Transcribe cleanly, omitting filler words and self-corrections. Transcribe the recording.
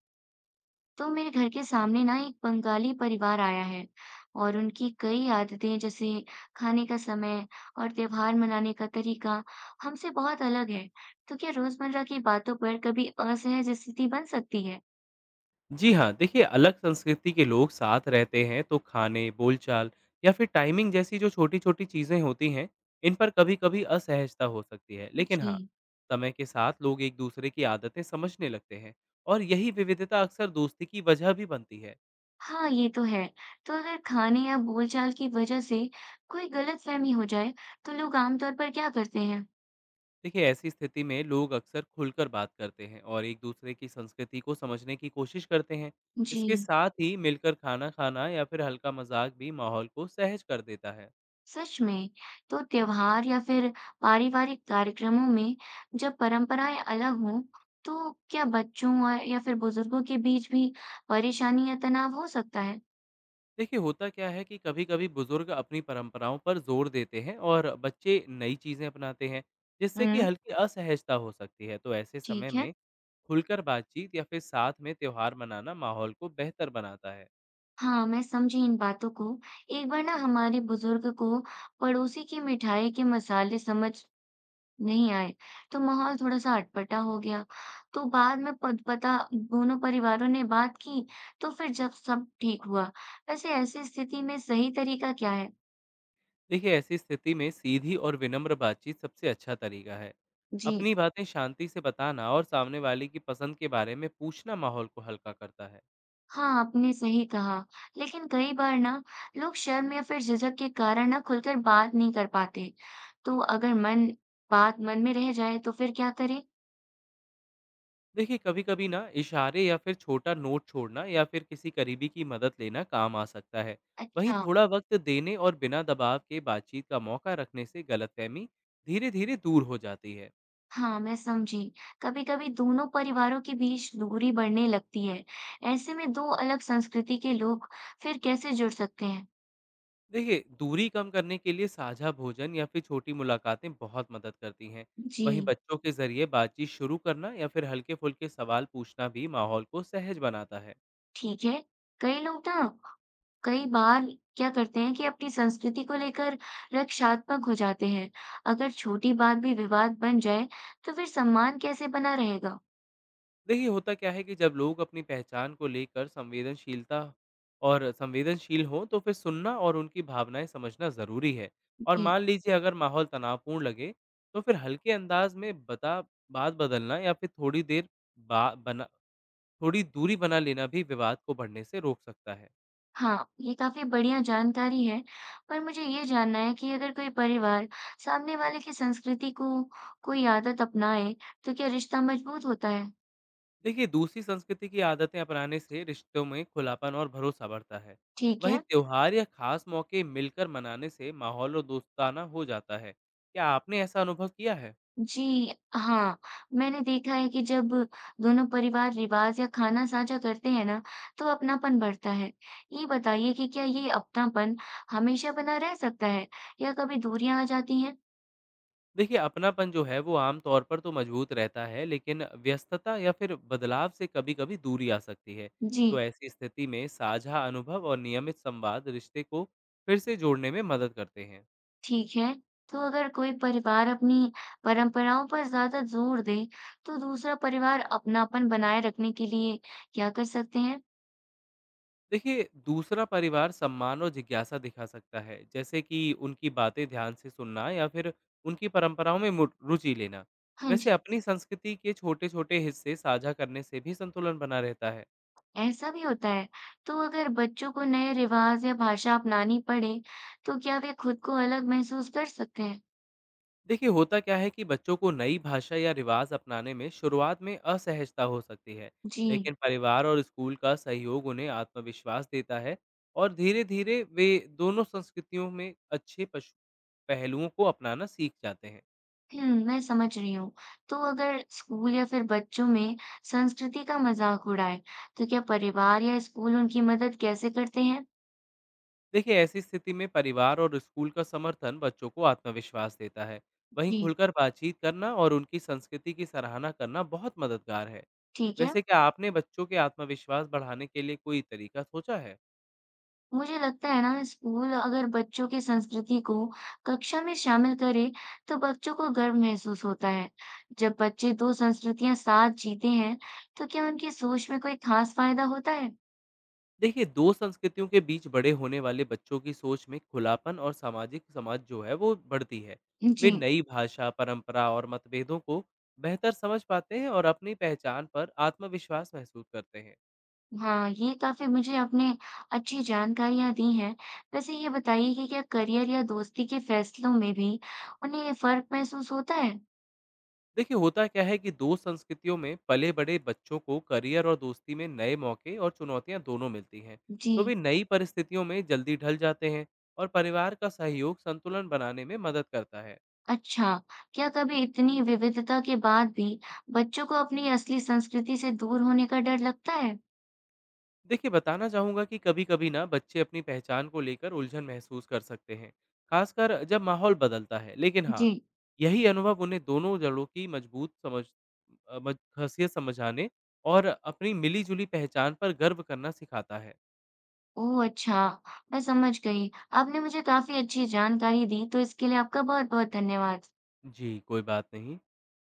तो मेरे घर के सामने ना एक बंगाली परिवार आया है और उनकी कई आदतें जैसे खाने का समय और त्योहार मनाने का तरीका हमसे बहुत अलग है। तो क्या रोजमर्रा की बातों पर कभी असहज स्थिति बन सकती है? जी हाँ, देखिए अलग संस्कृति के लोग साथ रहते हैं तो खाने बोलचाल या फिर टाइमिंग जैसी जो छोटी छोटी चीज़ें होती हैं, इन पर कभी कभी असहजता हो सकती है। लेकिन हाँ, जी समय के साथ लोग एक दूसरे की आदतें समझने लगते हैं और यही विविधता अक्सर दोस्ती की वजह भी बनती है। हाँ, ये तो है। तो अगर खाने या बोलचाल की वजह से कोई गलतफहमी हो जाए, तो लोग आमतौर पर क्या करते हैं? देखिए ऐसी स्थिति में लोग अक्सर खुलकर बात करते हैं और एक दूसरे की संस्कृति को समझने की कोशिश करते हैं। जी। इसके साथ ही मिलकर खाना खाना या फिर हल्का मजाक भी माहौल को सहज कर देता है। सच में। तो त्योहार या फिर पारिवारिक कार्यक्रमों में जब परंपराएं अलग हों तो क्या बच्चों और या फिर बुजुर्गों के बीच भी परेशानी या तनाव हो सकता है? देखिए होता क्या है कि कभी-कभी बुजुर्ग अपनी परंपराओं पर जोर देते हैं और बच्चे नई चीजें अपनाते हैं, जिससे कि हम्म। हल्की असहजता हो सकती है। तो ऐसे समय ठीक है। में खुलकर बातचीत या फिर साथ में त्योहार मनाना माहौल को बेहतर बनाता है। हाँ मैं समझी इन बातों को। एक बार ना हमारे बुजुर्ग को पड़ोसी की मिठाई के मसाले समझ नहीं आए, तो माहौल थोड़ा-सा अटपटा हो गया। तो बाद में पत पता दोनों परिवारों ने बात की, तो फिर जब सब ठीक हुआ। वैसे ऐसी स्थिति में सही तरीका क्या है? देखिए ऐसी स्थिति में सीधी और विनम्र बातचीत सबसे अच्छा तरीका है। जी, अपनी बातें शांति से बताना और सामने वाले की पसंद के बारे में पूछना माहौल को हल्का करता है। हाँ, आपने सही कहा। लेकिन कई बार ना लोग शर्म या फिर झिझक के कारण ना खुलकर बात नहीं कर पाते। तो अगर मन बात मन में रह जाए तो फिर क्या करें? देखिए कभी-कभी ना इशारे या फिर छोटा नोट छोड़ना या फिर किसी करीबी की मदद लेना काम आ सकता है। वहीं अच्छा। थोड़ा वक्त देने और बिना दबाव के बातचीत का मौका रखने से गलतफहमी धीरे-धीरे दूर हो जाती है। हाँ, मैं समझी। कभी-कभी दोनों परिवारों के बीच दूरी बढ़ने लगती है। ऐसे में दो अलग संस्कृति के लोग फिर कैसे जुड़ सकते हैं? देखिए दूरी कम करने के लिए साझा भोजन या फिर छोटी मुलाकातें बहुत मदद करती हैं। वहीं जी, बच्चों के जरिए बातचीत शुरू करना या फिर हल्के-फुल्के सवाल पूछना भी माहौल को सहज बनाता है। ठीक है। कई लोग ना कई बार क्या करते हैं कि अपनी संस्कृति को लेकर रक्षात्मक हो जाते हैं। अगर छोटी बात भी विवाद बन जाए, तो फिर सम्मान कैसे बना रहेगा? देखिए होता क्या है कि जब लोग अपनी पहचान को लेकर संवेदनशीलता और संवेदनशील हों, तो फिर सुनना और उनकी भावनाएं समझना ज़रूरी है। और जी मान लीजिए अगर माहौल तनावपूर्ण लगे, तो फिर हल्के अंदाज में बता बात बदलना या फिर थोड़ी देर बा बना थोड़ी दूरी बना लेना भी विवाद को बढ़ने से रोक सकता है। हाँ, ये काफ़ी बढ़िया जानकारी है, पर मुझे ये जानना है कि अगर कोई परिवार सामने वाले की संस्कृति को कोई आदत अपनाए, तो क्या रिश्ता मजबूत होता है? देखिए दूसरी संस्कृति की आदतें अपनाने से रिश्तों में खुलापन और भरोसा बढ़ता है। ठीक वहीं है। त्योहार या खास मौके मिलकर मनाने से माहौल और दोस्ताना हो जाता है। क्या आपने ऐसा अनुभव किया है? जी हाँ, मैंने देखा है कि जब दोनों परिवार रिवाज या खाना साझा करते हैं ना, तो अपनापन बढ़ता है। ये बताइए कि क्या ये अपनापन हमेशा बना रह सकता है या कभी दूरियां आ जाती हैं? देखिए अपनापन जो है वो आमतौर पर तो मजबूत रहता है, लेकिन व्यस्तता या फिर बदलाव से कभी कभी दूरी आ सकती है। जी। तो ऐसी स्थिति में साझा अनुभव और नियमित संवाद रिश्ते को फिर से जोड़ने में मदद करते हैं। ठीक है, तो अगर कोई परिवार अपनी परंपराओं पर ज़्यादा जोर दे, तो दूसरा परिवार अपनापन बनाए रखने के लिए क्या कर सकते हैं? देखिए दूसरा परिवार सम्मान और जिज्ञासा दिखा सकता है, जैसे कि उनकी बातें ध्यान से सुनना या फिर उनकी परंपराओं में रुचि लेना। हाँ जी, वैसे अपनी संस्कृति के छोटे छोटे हिस्से साझा करने से भी संतुलन बना रहता है। ऐसा भी होता है। तो अगर बच्चों को नए रिवाज या भाषा अपनानी पड़े, तो क्या वे खुद को अलग महसूस कर सकते हैं? देखिए होता क्या है कि बच्चों को नई भाषा या रिवाज अपनाने में शुरुआत में असहजता हो सकती है। जी, लेकिन परिवार और स्कूल का सहयोग उन्हें आत्मविश्वास देता है और धीरे धीरे वे दोनों संस्कृतियों में अच्छे पहलुओं को अपनाना सीख जाते हैं। मैं समझ रही हूँ। तो अगर स्कूल या फिर बच्चों में संस्कृति का मजाक उड़ाए, तो क्या परिवार या स्कूल उनकी मदद कैसे करते हैं? देखिए ऐसी स्थिति में परिवार और स्कूल का समर्थन बच्चों को आत्मविश्वास देता है। वहीं जी, खुलकर बातचीत करना और उनकी संस्कृति की सराहना करना बहुत मददगार है। ठीक है। वैसे क्या आपने बच्चों के आत्मविश्वास बढ़ाने के लिए कोई तरीका सोचा है? मुझे लगता है ना स्कूल अगर बच्चों की संस्कृति को कक्षा में शामिल करे तो बच्चों को गर्व महसूस होता है। जब बच्चे दो संस्कृतियां साथ जीते हैं तो क्या उनकी सोच में कोई खास फायदा होता है? देखिए दो संस्कृतियों के बीच बड़े होने वाले बच्चों की सोच में खुलापन और सामाजिक समझ जो है वो बढ़ती है। वे जी नई भाषा, परंपरा और मतभेदों को बेहतर समझ पाते हैं और अपनी पहचान पर आत्मविश्वास महसूस करते हैं। हाँ, ये काफी मुझे आपने अच्छी जानकारियां दी हैं। वैसे ये बताइए कि क्या करियर या दोस्ती के फैसलों में भी उन्हें ये फर्क महसूस होता है? देखिए होता क्या है कि दो संस्कृतियों में पले बड़े बच्चों को करियर और दोस्ती में नए मौके और चुनौतियां दोनों मिलती हैं। जी। तो वे नई परिस्थितियों में जल्दी ढल जाते हैं और परिवार का सहयोग संतुलन बनाने में मदद करता है। अच्छा, क्या कभी इतनी विविधता के बाद भी बच्चों को अपनी असली संस्कृति से दूर होने का डर लगता है? देखिए बताना चाहूंगा कि कभी कभी ना बच्चे अपनी पहचान को लेकर उलझन महसूस कर सकते हैं, खासकर जब माहौल बदलता है। लेकिन हाँ, जी। यही अनुभव उन्हें दोनों जड़ों की मजबूत समझ, खासियत समझाने और अपनी मिली जुली पहचान पर गर्व करना सिखाता है। ओह अच्छा, मैं समझ गई। आपने मुझे काफ़ी अच्छी जानकारी दी, तो इसके लिए आपका बहुत-बहुत धन्यवाद। जी, कोई बात नहीं।